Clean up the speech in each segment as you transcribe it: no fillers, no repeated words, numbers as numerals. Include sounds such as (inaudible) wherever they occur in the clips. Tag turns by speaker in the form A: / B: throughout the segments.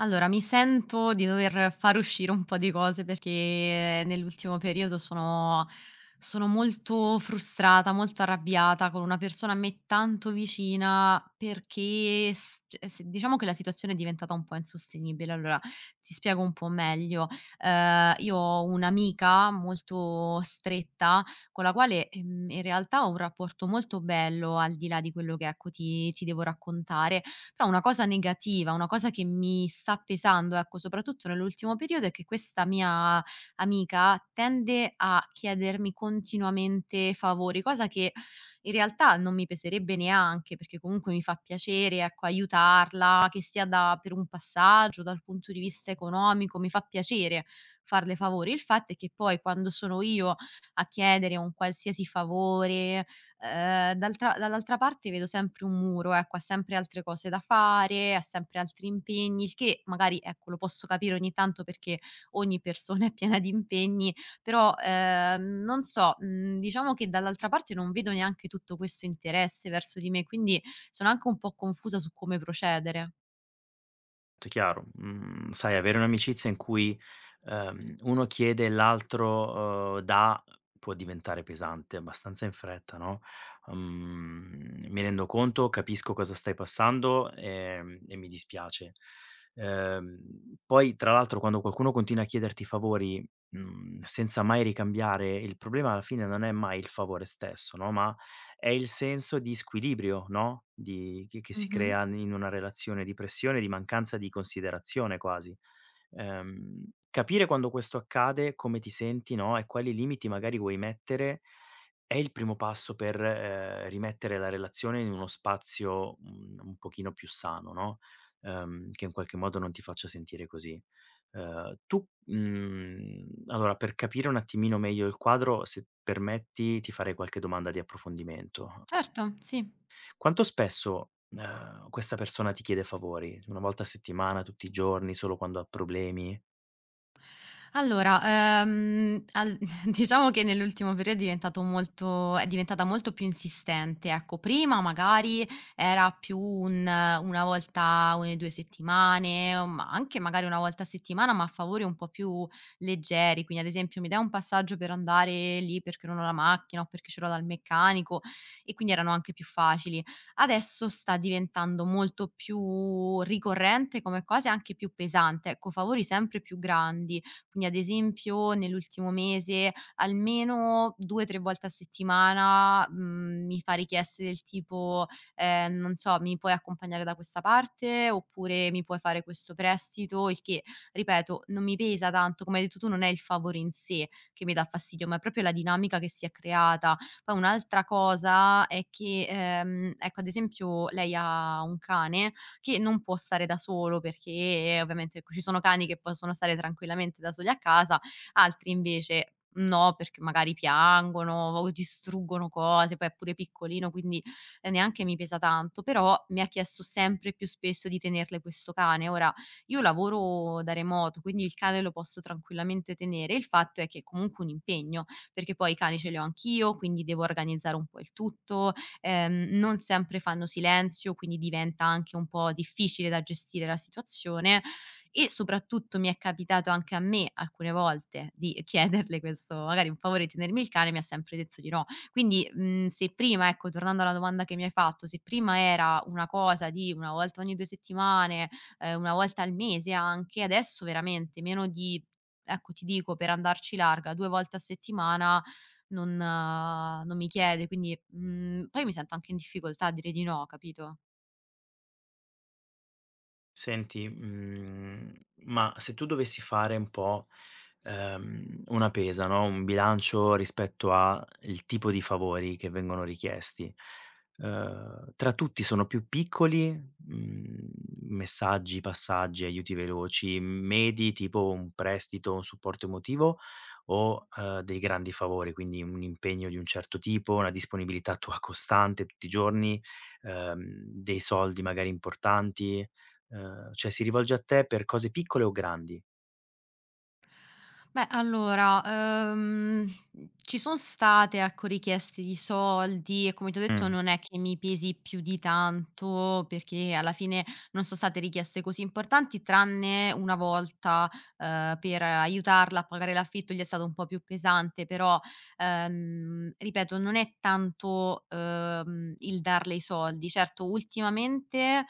A: Allora, mi sento di dover far uscire un po' di cose perché nell'ultimo periodo sono molto frustrata, molto arrabbiata con una persona a me tanto vicina perché cioè, diciamo che la situazione è diventata un po' insostenibile. Allora, ti spiego un po' meglio. Io ho un'amica molto stretta con la quale in realtà ho un rapporto molto bello al di là di quello che, ecco, ti devo raccontare però una cosa negativa, una cosa che mi sta pesando, ecco, soprattutto nell'ultimo periodo, è che questa mia amica tende a chiedermi continuamente favori, cosa che in realtà non mi peserebbe neanche, perché comunque mi fa piacere, ecco, aiutarla, che sia da, per un passaggio, dal punto di vista economico, mi fa piacere farle favori. Il fatto è che poi quando sono io a chiedere un qualsiasi favore, d'altra dall'altra parte vedo sempre un muro, ecco, ha sempre altre cose da fare, ha sempre altri impegni, il che magari, ecco, lo posso capire ogni tanto perché ogni persona (laughs) è piena di impegni, però, non so, diciamo che dall'altra parte non vedo neanche tutto questo interesse verso di me, quindi sono anche un po' confusa su come procedere.
B: Tutto chiaro. Mhmm, sai avere un'amicizia in cui, uno chiede e l'altro, dà può diventare pesante abbastanza in fretta, no, mi rendo conto, capisco cosa stai passando, e mi dispiace. Ehm, Poi tra l'altro quando qualcuno continua a chiederti favori, mhmm, senza mai ricambiare, il problema alla fine non è mai il favore stesso, no, ma è il senso di squilibrio, no, di che si
A: Mh-mh.
B: crea in una relazione, di pressione, di mancanza di considerazione quasi. Capire quando questo accade, come ti senti, no, e quali limiti magari vuoi mettere, è il primo passo per, rimettere la relazione in uno spazio, mhmm, un pochino più sano, no, che in qualche modo non ti faccia sentire così. Tu, mhmm, allora per capire un attimino meglio il quadro, se permetti, ti farei qualche domanda di approfondimento.
A: Certo, sì.
B: Quanto spesso, questa persona ti chiede favori? Una volta a settimana, tutti i giorni, solo quando ha problemi?
A: Allora, al (laughs) diciamo che nell'ultimo periodo è diventata molto più insistente, ecco. Prima magari era più un una volta ogni 2 settimane, o, ma anche magari 1 volta a settimana, ma a favori un po' più leggeri, quindi ad esempio: "Mi dai un passaggio per andare lì perché non ho la macchina o perché ce l'ho dal meccanico", e quindi erano anche più facili. Adesso sta diventando molto più ricorrente come cosa e anche più pesante, ecco, favori sempre più grandi. Quindi ad esempio nell'ultimo mese almeno 2, 3 volte a settimana, mi fa richieste del tipo, non so: "Mi puoi accompagnare da questa parte?" Oppure: "Mi puoi fare questo prestito?" Il che, ripeto, non mi pesa tanto, come hai detto tu non è il favore in sé che mi dà fastidio, ma è proprio la dinamica che si è creata. Poi un'altra cosa è che, ecco, ad esempio lei ha un cane che non può stare da solo perché, ovviamente, ecco, ci sono cani che possono stare tranquillamente da soli a casa, altri invece no, perché magari piangono o distruggono cose, poi è pure piccolino, quindi, neanche mi pesa tanto, però mi ha chiesto sempre più spesso di tenerle questo cane. Ora io lavoro da remoto, quindi il cane lo posso tranquillamente tenere, il fatto è che è comunque un impegno, perché poi i cani ce li ho anch'io, quindi devo organizzare un po' il tutto, non sempre fanno silenzio, quindi diventa anche un po' difficile da gestire la situazione e soprattutto mi è capitato anche a me alcune volte di (laughs) chiederle questo, magari un favore di tenermi il cane, mi ha sempre detto di no. Quindi, se prima, ecco, tornando alla domanda che mi hai fatto, se prima era una cosa di 1 volta ogni 2 settimane, 1 volta al mese anche, adesso veramente meno di, ecco, ti dico per andarci larga 2 volte a settimana non mi chiede, quindi, poi mi sento anche in difficoltà a dire di no, capito?
B: Senti, mhmm, ma se tu dovessi fare un po' una pesa, no, un bilancio rispetto a il tipo di favori che vengono richiesti. Tra tutti sono più piccoli, mhmm, messaggi, passaggi, aiuti veloci, medi tipo un prestito, un supporto emotivo o, dei grandi favori, quindi un impegno di un certo tipo, una disponibilità tua costante tutti i giorni, dei soldi magari importanti, cioè si rivolge a te per cose piccole o grandi?
A: Beh, allora, ehm, ci son state, ecco, richieste di soldi e come ti ho detto
B: Mh.
A: non è che mi pesi più di tanto, perché alla fine non son state richieste così importanti, tranne una volta, per aiutarla a pagare l'affitto, gli è stato un po' più pesante, però, ripeto, non è tanto, il darle i soldi. Certo, ultimamente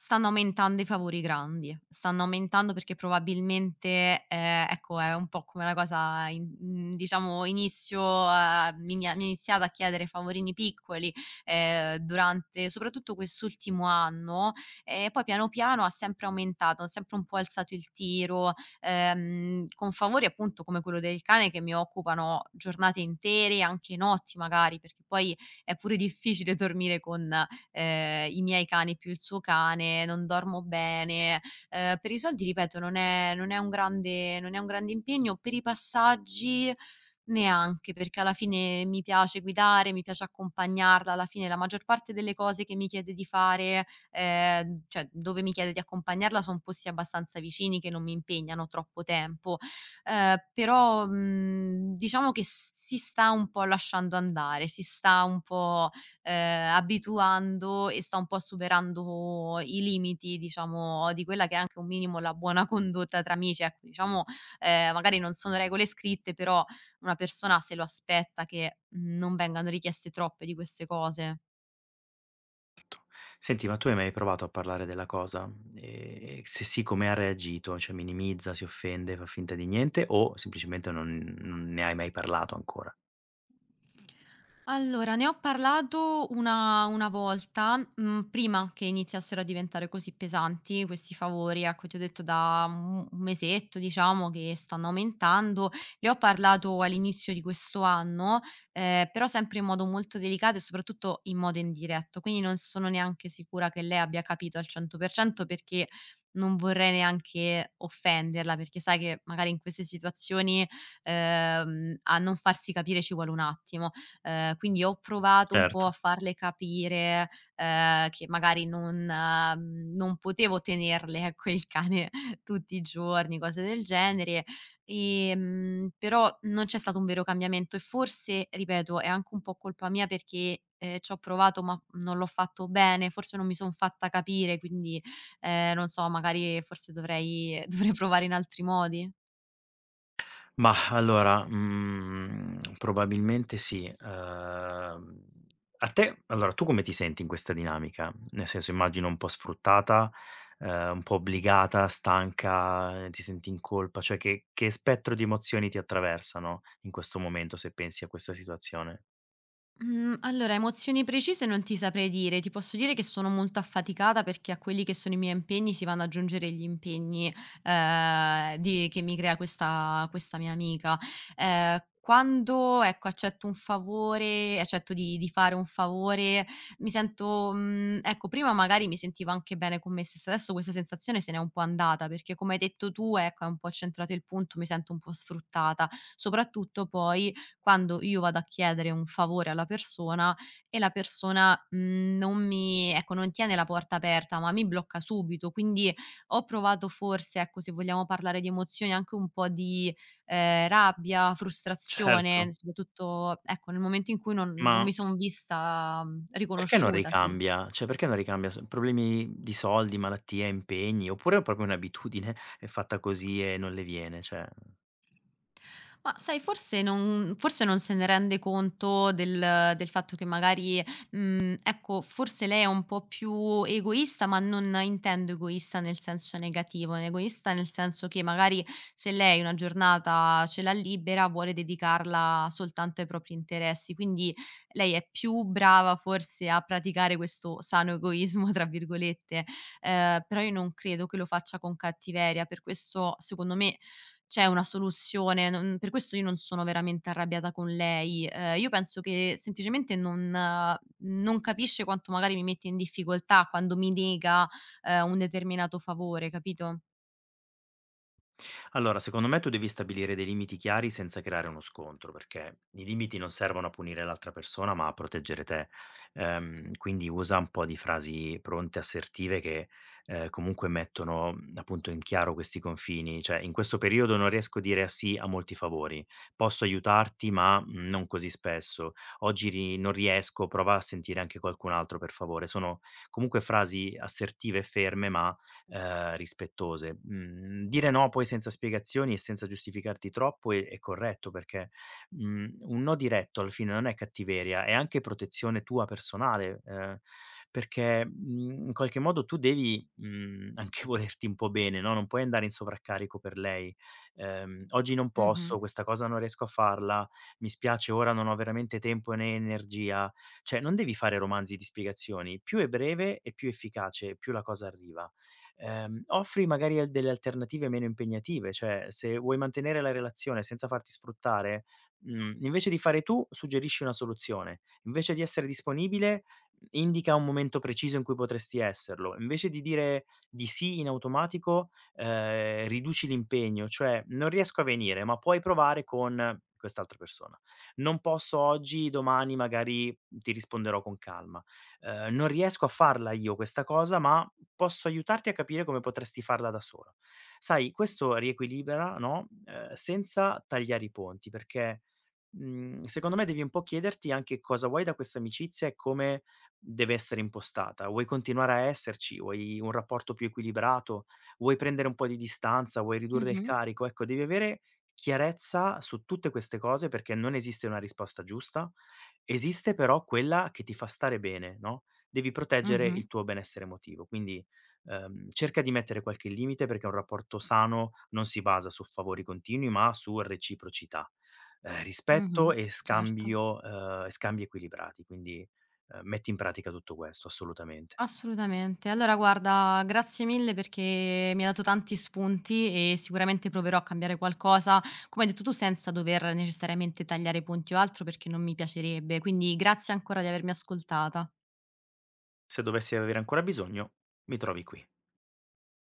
A: stanno aumentando i favori grandi, stanno aumentando perché probabilmente, ecco, è un po' come la cosa, diciamo, inizio a mi mi hanno iniziato a chiedere favorini piccoli, durante soprattutto quest'ultimo anno, e poi piano piano ha sempre aumentato, ha sempre un po' alzato il tiro, con favori appunto come quello del cane che mi occupano giornate intere, anche notti magari, perché poi è pure difficile dormire con, i miei cani più il suo cane, non dormo bene. Per i soldi ripeto non è non è un grande non è un grande impegno, per i passaggi neanche, perché alla fine mi piace guidare, mi piace accompagnarla, alla fine la maggior parte delle cose che mi chiede di fare, cioè dove mi chiede di accompagnarla son posti abbastanza vicini che non mi impegnano troppo tempo. Però, diciamo che s si sta un po' lasciando andare, si sta un po', abituando e sta un po' superando i limiti, diciamo, di quella che è anche un minimo la buona condotta tra amici, ecco. Diciamo, magari non sono regole scritte, però una persona se lo aspetta che, non vengano richieste troppe di queste cose.
B: Senti, ma tu hai mai provato a parlare della cosa? E se sì, come ha reagito? Cioè minimizza, si offende, fa finta di niente o semplicemente non ne hai mai parlato ancora?
A: Allora, ne ho parlato una volta, prima che iniziassero a diventare così pesanti questi favori, ecco, ti ho detto da u un mesetto diciamo che stanno aumentando. Le ho parlato all'inizio di questo anno, però sempre in modo molto delicato e soprattutto in modo indiretto, quindi non sono neanche sicura che lei abbia capito al 100%, perché non vorrei neanche offenderla, perché sai che magari in queste situazioni, a non farsi capire ci vuole un attimo. Quindi ho provato un po' a
B: Certo.
A: farle capire, che magari non potevo tenerle, ecco, il cane (laughs) tutti i giorni, cose del genere. Però non c'è stato un vero cambiamento e forse, ripeto, è anche un po' colpa mia perché, c'ho provato ma non l'ho fatto bene, forse non mi son fatta capire, quindi, non so, magari forse dovrei (laughs) dovrei provare in altri modi?
B: Mah, allora, mhmm, probabilmente sì. A te allora, tu come ti senti in questa dinamica? Nel senso, immagino un po' sfruttata, un po' obbligata, stanca, ti senti in colpa, cioè che spettro di emozioni ti attraversano in questo momento, se pensi a questa situazione?
A: Mhmm, allora, emozioni precise non ti saprei dire, ti posso dire che sono molto affaticata perché a quelli che sono i miei impegni si vanno ad aggiungere gli impegni, di che mi crea questa mia amica. Ehm, Quando, ecco, accetto di fare un favore, mi sento, ecco, prima magari mi sentivo anche bene con me stessa, adesso questa sensazione se n'è un po' andata perché come hai detto tu, ecco, hai un po' centrato il punto, mi sento un po' sfruttata. Soprattutto poi, quando io vado a chiedere un favore alla persona e la persona, mhmm, non mi ecco, non tiene la porta aperta, ma mi blocca subito. Quindi ho provato forse, ecco, se vogliamo parlare di emozioni, anche un po' di, rabbia,
B: Certo,
A: frustrazione, soprattutto, ecco, nel momento in cui non
B: ma
A: non mi son vista,
B: perché non
A: riconosciuta, sì.
B: ricambia? Cioè, perché non ricambia? S problemi di soldi, malattie, impegni, oppure è proprio un'abitudine, è fatta così e non le viene? Cioè
A: Ma sai, forse non se ne rende conto del fatto che magari, ecco, forse lei è un po' più egoista, ma non intendo egoista nel senso negativo, è egoista nel senso che magari se lei una giornata ce l'ha libera, vuole dedicarla soltanto ai propri interessi. Quindi lei è più brava forse a praticare questo "sano egoismo" (laughs) tra virgolette, però io non credo che lo faccia con cattiveria. Per questo secondo me c'è una soluzione, non per questo io non sono veramente arrabbiata con lei. Io penso che semplicemente non capisce quanto magari mi mette in difficoltà quando mi nega, un determinato favore, capito?
B: allora, secondo me tu devi stabilire dei limiti chiari senza creare uno scontro, perché i limiti non servono a punire l'altra persona, ma a proteggere te. Quindi usa un po' di frasi pronte, assertive, che comunque mettono mm, appunto in chiaro questi confini. Cioè, in questo periodo non riesco a dire sì a molti favori, posso aiutarti, ma mm, non così spesso. Oggi non riesco, prova a sentire anche qualcun altro per favore. Sono comunque frasi assertive e ferme, ma rispettose. Mhmm, dire no poi senza spiegazioni e senza giustificarti troppo è corretto perché, mhmm, un no diretto alla fine non è cattiveria, è anche protezione tua personale, perché, mhmm, in qualche modo tu devi, mhmm, anche (laughs) volerti un po' bene, no, non puoi andare in sovraccarico per lei. "Oggi non
A: Mh-mh.
B: posso, questa cosa non riesco a farla, mi spiace ora non ho veramente tempo né energia." Cioè non devi fare romanzi di spiegazioni, più è breve e più è efficace, più la cosa arriva. Offri magari al delle alternative meno impegnative, cioè se vuoi mantenere la relazione senza farti sfruttare, mhmm, invece di fare tu, suggerisci una soluzione. Invece di essere disponibile, indica un momento preciso in cui potresti esserlo. Invece di dire di sì in automatico, riduci l'impegno, cioè: "Non riesco a venire, ma puoi provare con quest'altra persona". "Non posso oggi, domani magari ti risponderò con calma". "Non riesco a farla io questa cosa, ma posso aiutarti a capire come potresti farla da solo. Sai, questo riequilibra, no, senza tagliare i ponti, perché, mhmm, secondo me devi un po' chiederti anche cosa vuoi da questa amicizia e come deve essere impostata. Vuoi continuare a esserci? Vuoi un rapporto più equilibrato? Vuoi prendere un po' di distanza? Vuoi ridurre il
A: Mh-mh.
B: carico? Ecco, devi avere chiarezza su tutte queste cose perché non esiste una risposta giusta, esiste però quella che ti fa stare bene, no, devi proteggere
A: Mh-mh.
B: il tuo benessere emotivo. Quindi cerca di mettere qualche limite perché un rapporto sano non si basa su favori continui, ma su reciprocità,
A: Mh-mh.
B: rispetto e
A: Certo.
B: scambio e scambi equilibrati. Quindi, metti in pratica tutto questo, assolutamente.
A: Assolutamente. Allora guarda, grazie mille perché mi hai dato tanti spunti e sicuramente proverò a cambiare qualcosa, come hai detto tu, senza dover necessariamente tagliare i ponti o altro, perché non mi piacerebbe. Quindi grazie ancora di avermi ascoltata.
B: Se dovessi avere ancora bisogno, mi trovi qui.